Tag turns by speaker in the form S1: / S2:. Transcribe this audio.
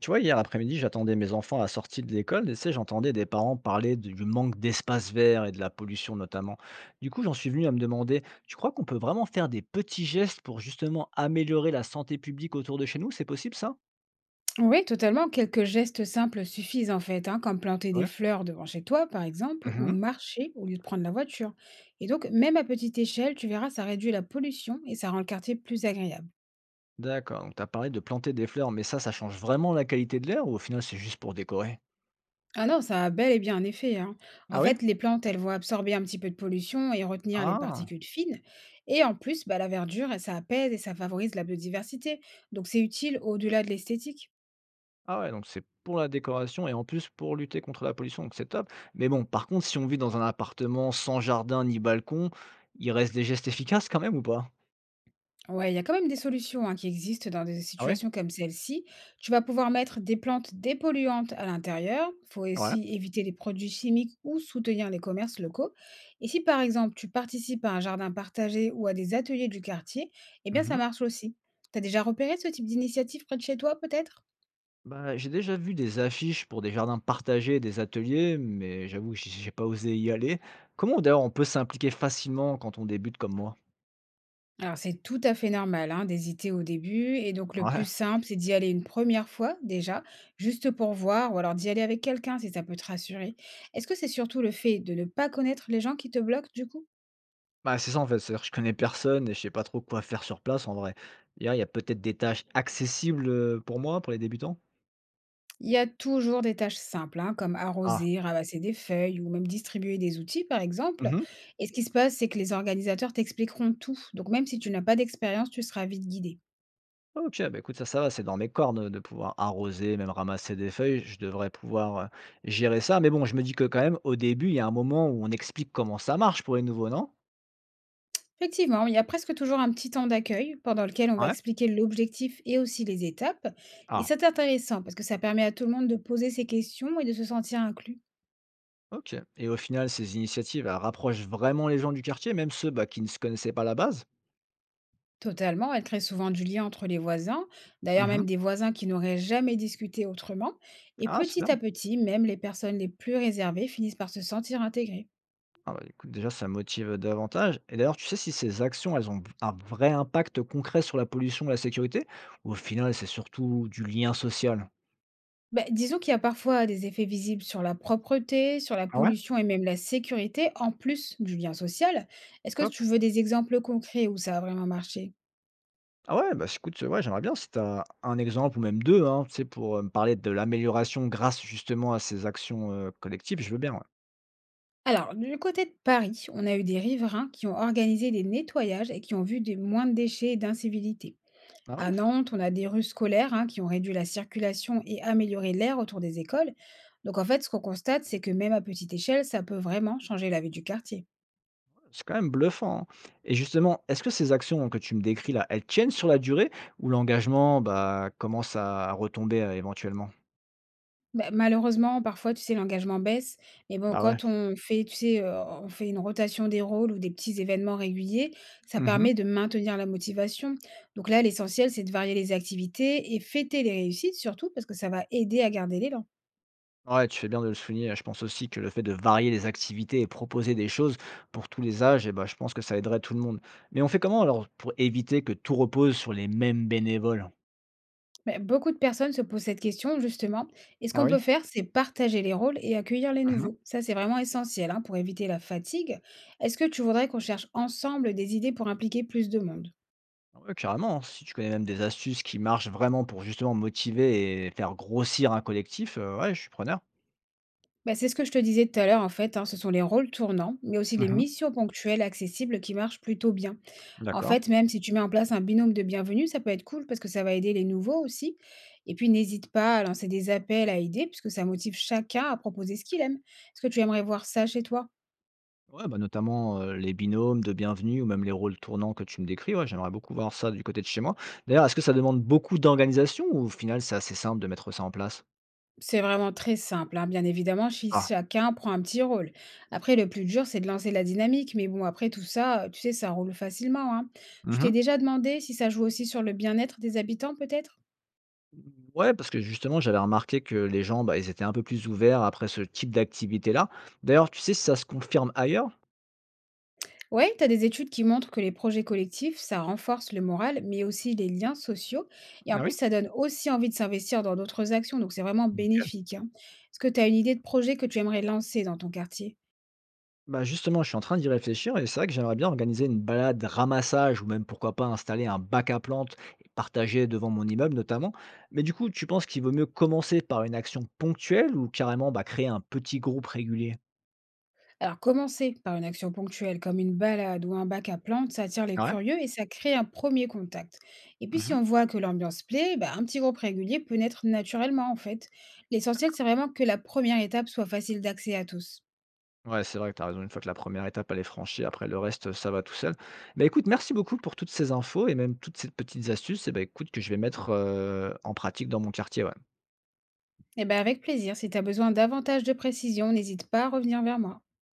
S1: Tu vois, hier après-midi, j'attendais mes enfants à la sortie de l'école et tu sais, j'entendais des parents parler du manque d'espace vert et de la pollution notamment. Du coup, j'en suis venu à me demander, tu crois qu'on peut vraiment faire des petits gestes pour justement améliorer la santé publique autour de chez nous? C'est possible ça?
S2: Oui, totalement. Quelques gestes simples suffisent en fait, hein, comme planter des
S1: Ouais.
S2: fleurs devant chez toi, par exemple, ou
S1: Mhm.
S2: marcher au lieu de prendre la voiture. Et donc, même à petite échelle, tu verras, ça réduit la pollution et ça rend le quartier plus agréable.
S1: D'accord, donc tu as parlé de planter des fleurs, mais ça change vraiment la qualité de l'air ou au final c'est juste pour décorer?
S2: Ah non, ça a bel et bien un effet, hein.
S1: Ah
S2: En
S1: oui?
S2: fait, les plantes, elles vont absorber un petit peu de pollution et retenir les
S1: Ah.
S2: particules fines. Et en plus, bah, la verdure, ça apaise et ça favorise la biodiversité. Donc, c'est utile au-delà de l'esthétique.
S1: Ah ouais, donc c'est pour la décoration et en plus pour lutter contre la pollution, donc c'est top. Mais bon, par contre, si on vit dans un appartement sans jardin ni balcon, il reste des gestes efficaces quand même ou pas?
S2: Ouais, il y a quand même des solutions, hein, qui existent dans des
S1: Ah ouais?
S2: situations comme celle-ci. Tu vas pouvoir mettre des plantes dépolluantes à l'intérieur. Il faut
S1: Ouais.
S2: aussi éviter les produits chimiques ou soutenir les commerces locaux. Et si par exemple tu participes à un jardin partagé ou à des ateliers du quartier, eh bien ça
S1: Mmh.
S2: marche aussi. T'as déjà repéré ce type d'initiative près de chez toi peut-être?
S1: Bah, j'ai déjà vu des affiches pour des jardins partagés, des ateliers, mais j'avoue que j'ai pas osé y aller. Comment d'ailleurs on peut s'impliquer facilement quand on débute comme moi?
S2: Alors, c'est tout à fait normal, hein, d'hésiter au début. Et donc, le plus
S1: Ouais,
S2: simple, c'est d'y aller une première fois déjà, juste pour voir, ou alors d'y aller avec quelqu'un si ça peut te rassurer. Est-ce que c'est surtout le fait de ne pas connaître les gens qui te bloquent du coup?
S1: bah c'est ça en fait, c'est-à-dire que je connais personne et je sais pas trop quoi faire sur place en vrai. D'ailleurs, il y a peut-être des tâches accessibles, pour moi, pour les débutants?
S2: Il y a toujours des tâches simples, hein, comme
S1: Ah.
S2: arroser, ramasser des feuilles ou même distribuer des outils, par exemple.
S1: Mmh.
S2: Et ce qui se passe, c'est que les organisateurs t'expliqueront tout. Donc, même si tu n'as pas d'expérience, tu seras vite guidé.
S1: OK, bah, écoute, ça va, c'est dans mes cordes de pouvoir arroser, même ramasser des feuilles, je devrais pouvoir, gérer ça. Mais bon, je me dis que quand même, au début, il y a un moment où on explique comment ça marche pour les nouveaux, non?
S2: Effectivement, il y a presque toujours un petit temps d'accueil pendant lequel on va
S1: Ouais.
S2: expliquer l'objectif et aussi les étapes. Et
S1: Ah.
S2: c'est intéressant parce que ça permet à tout le monde de poser ses questions et de se sentir inclus.
S1: OK et au final, ces initiatives, elles rapprochent vraiment les gens du quartier, même ceux, bah, qui ne se connaissaient pas à la base?
S2: Totalement, elle crée souvent du lien entre les voisins, d'ailleurs
S1: Mmh.
S2: même des voisins qui n'auraient jamais discuté autrement. Et
S1: Ah, c'est bien.
S2: petit à petit, même les personnes les plus réservées finissent par se sentir intégrées.
S1: Ah, bah, écoute, déjà, ça motive davantage et d'ailleurs, tu sais si ces actions, elles ont un vrai impact concret sur la pollution et la sécurité? Ou au final, c'est surtout du lien social?
S2: Ben, disons qu'il y a parfois des effets visibles sur la propreté, sur la
S1: Ah ouais?
S2: pollution et même la sécurité, en plus du lien social. Est-ce que
S1: Top.
S2: tu veux des exemples concrets où ça a vraiment marché?
S1: Ah ouais, bah, écoute, ouais, j'aimerais bien si tu as un exemple ou même 2, hein, tu sais, pour, me parler de l'amélioration grâce justement à ces actions, collectives, je veux bien, ouais.
S2: Alors, du côté de Paris, on a eu des riverains qui ont organisé des nettoyages et qui ont vu des moins de déchets et d'incivilités.
S1: Ah
S2: À
S1: ouais,
S2: Nantes, on a des rues scolaires, hein, qui ont réduit la circulation et amélioré l'air autour des écoles. Donc, en fait, ce qu'on constate, c'est que même à petite échelle, ça peut vraiment changer la vie du quartier.
S1: c'est quand même bluffant, hein. Et justement, est-ce que ces actions que tu me décris là, elles tiennent sur la durée ou l'engagement, bah, commence à retomber, éventuellement?
S2: Bah, malheureusement, parfois, tu sais, l'engagement baisse. Mais bon,
S1: Ah ouais.
S2: quand on fait, tu sais, on fait une rotation des rôles ou des petits événements réguliers, ça
S1: Mmh.
S2: permet de maintenir la motivation. Donc là, l'essentiel, c'est de varier les activités et fêter les réussites surtout parce que ça va aider à garder l'élan.
S1: Ouais, tu fais bien de le souligner, je pense aussi que le fait de varier les activités et proposer des choses pour tous les âges eh ben, je pense que ça aiderait tout le monde. Mais on fait comment alors pour éviter que tout repose sur les mêmes bénévoles?
S2: Mais beaucoup de personnes se posent cette question justement et ce
S1: Ah
S2: qu'on peut
S1: oui?
S2: faire, c'est partager les rôles et accueillir les
S1: Mmh.
S2: nouveaux. Ça, c'est vraiment essentiel, hein, pour éviter la fatigue. Est-ce que tu voudrais qu'on cherche ensemble des idées pour impliquer plus de monde?
S1: Ouais, carrément, hein. Si tu connais même des astuces qui marchent vraiment pour justement motiver et faire grossir un collectif, ouais, je suis preneur.
S2: Bah, c'est ce que je te disais tout à l'heure, en fait, hein, ce sont les rôles tournants, mais aussi les
S1: Mmh.
S2: missions ponctuelles accessibles qui marchent plutôt bien. En
S1: D'accord.
S2: fait, même si tu mets en place un binôme de bienvenue, ça peut être cool parce que ça va aider les nouveaux aussi. Et puis, n'hésite pas à lancer des appels à idées puisque ça motive chacun à proposer ce qu'il aime. Est-ce que tu aimerais voir ça chez toi?
S1: Ouais, bah, notamment, les binômes de bienvenue ou même les rôles tournants que tu me décris, ouais, j'aimerais beaucoup voir ça du côté de chez moi. D'ailleurs, est-ce que ça demande beaucoup d'organisation ou au final c'est assez simple de mettre ça en place?
S2: C'est vraiment très simple, hein, bien évidemment, si
S1: Ah.
S2: chacun prend un petit rôle. Après, le plus dur, c'est de lancer la dynamique, mais bon, après tout ça, tu sais, ça roule facilement, hein. Tu
S1: Mmh.
S2: t'es déjà demandé si ça joue aussi sur le bien-être des habitants, peut-être?
S1: Ouais, parce que justement, j'avais remarqué que les gens, bah, ils étaient un peu plus ouverts après ce type d'activité-là. D'ailleurs, tu sais si ça se confirme ailleurs?
S2: Ouais, tu as des études qui montrent que les projets collectifs, ça renforce le moral, mais aussi les liens sociaux. Et en
S1: Ah
S2: plus, ça donne aussi envie de s'investir dans d'autres actions, donc c'est vraiment
S1: oui?
S2: bénéfique, hein. Est-ce que tu as une idée de projet que tu aimerais lancer dans ton quartier?
S1: Bah justement, je suis en train d'y réfléchir et c'est vrai que j'aimerais bien organiser une balade ramassage ou même pourquoi pas installer un bac à plantes et partager devant mon immeuble notamment. Mais du coup, tu penses qu'il vaut mieux commencer par une action ponctuelle ou carrément bah, créer un petit groupe régulier?
S2: Alors, commencer par une action ponctuelle, comme une balade ou un bac à plantes, ça attire les
S1: Ouais.
S2: curieux et ça crée un premier contact. Et puis, si
S1: Mhm.
S2: on voit que l'ambiance plaît, bah, un petit groupe régulier peut naître naturellement, en fait. L'essentiel, c'est vraiment que la première étape soit facile d'accès à tous.
S1: Ouais, c'est vrai que tu as raison. Une fois que la première étape elle est franchie, après le reste, ça va tout seul. Bah écoute, merci beaucoup pour toutes ces infos et même toutes ces petites astuces. Et ben écoute, que je vais mettre en pratique dans mon quartier. Ouais.
S2: Eh ben avec plaisir, si tu as besoin davantage de précision, n'hésite pas à revenir vers moi.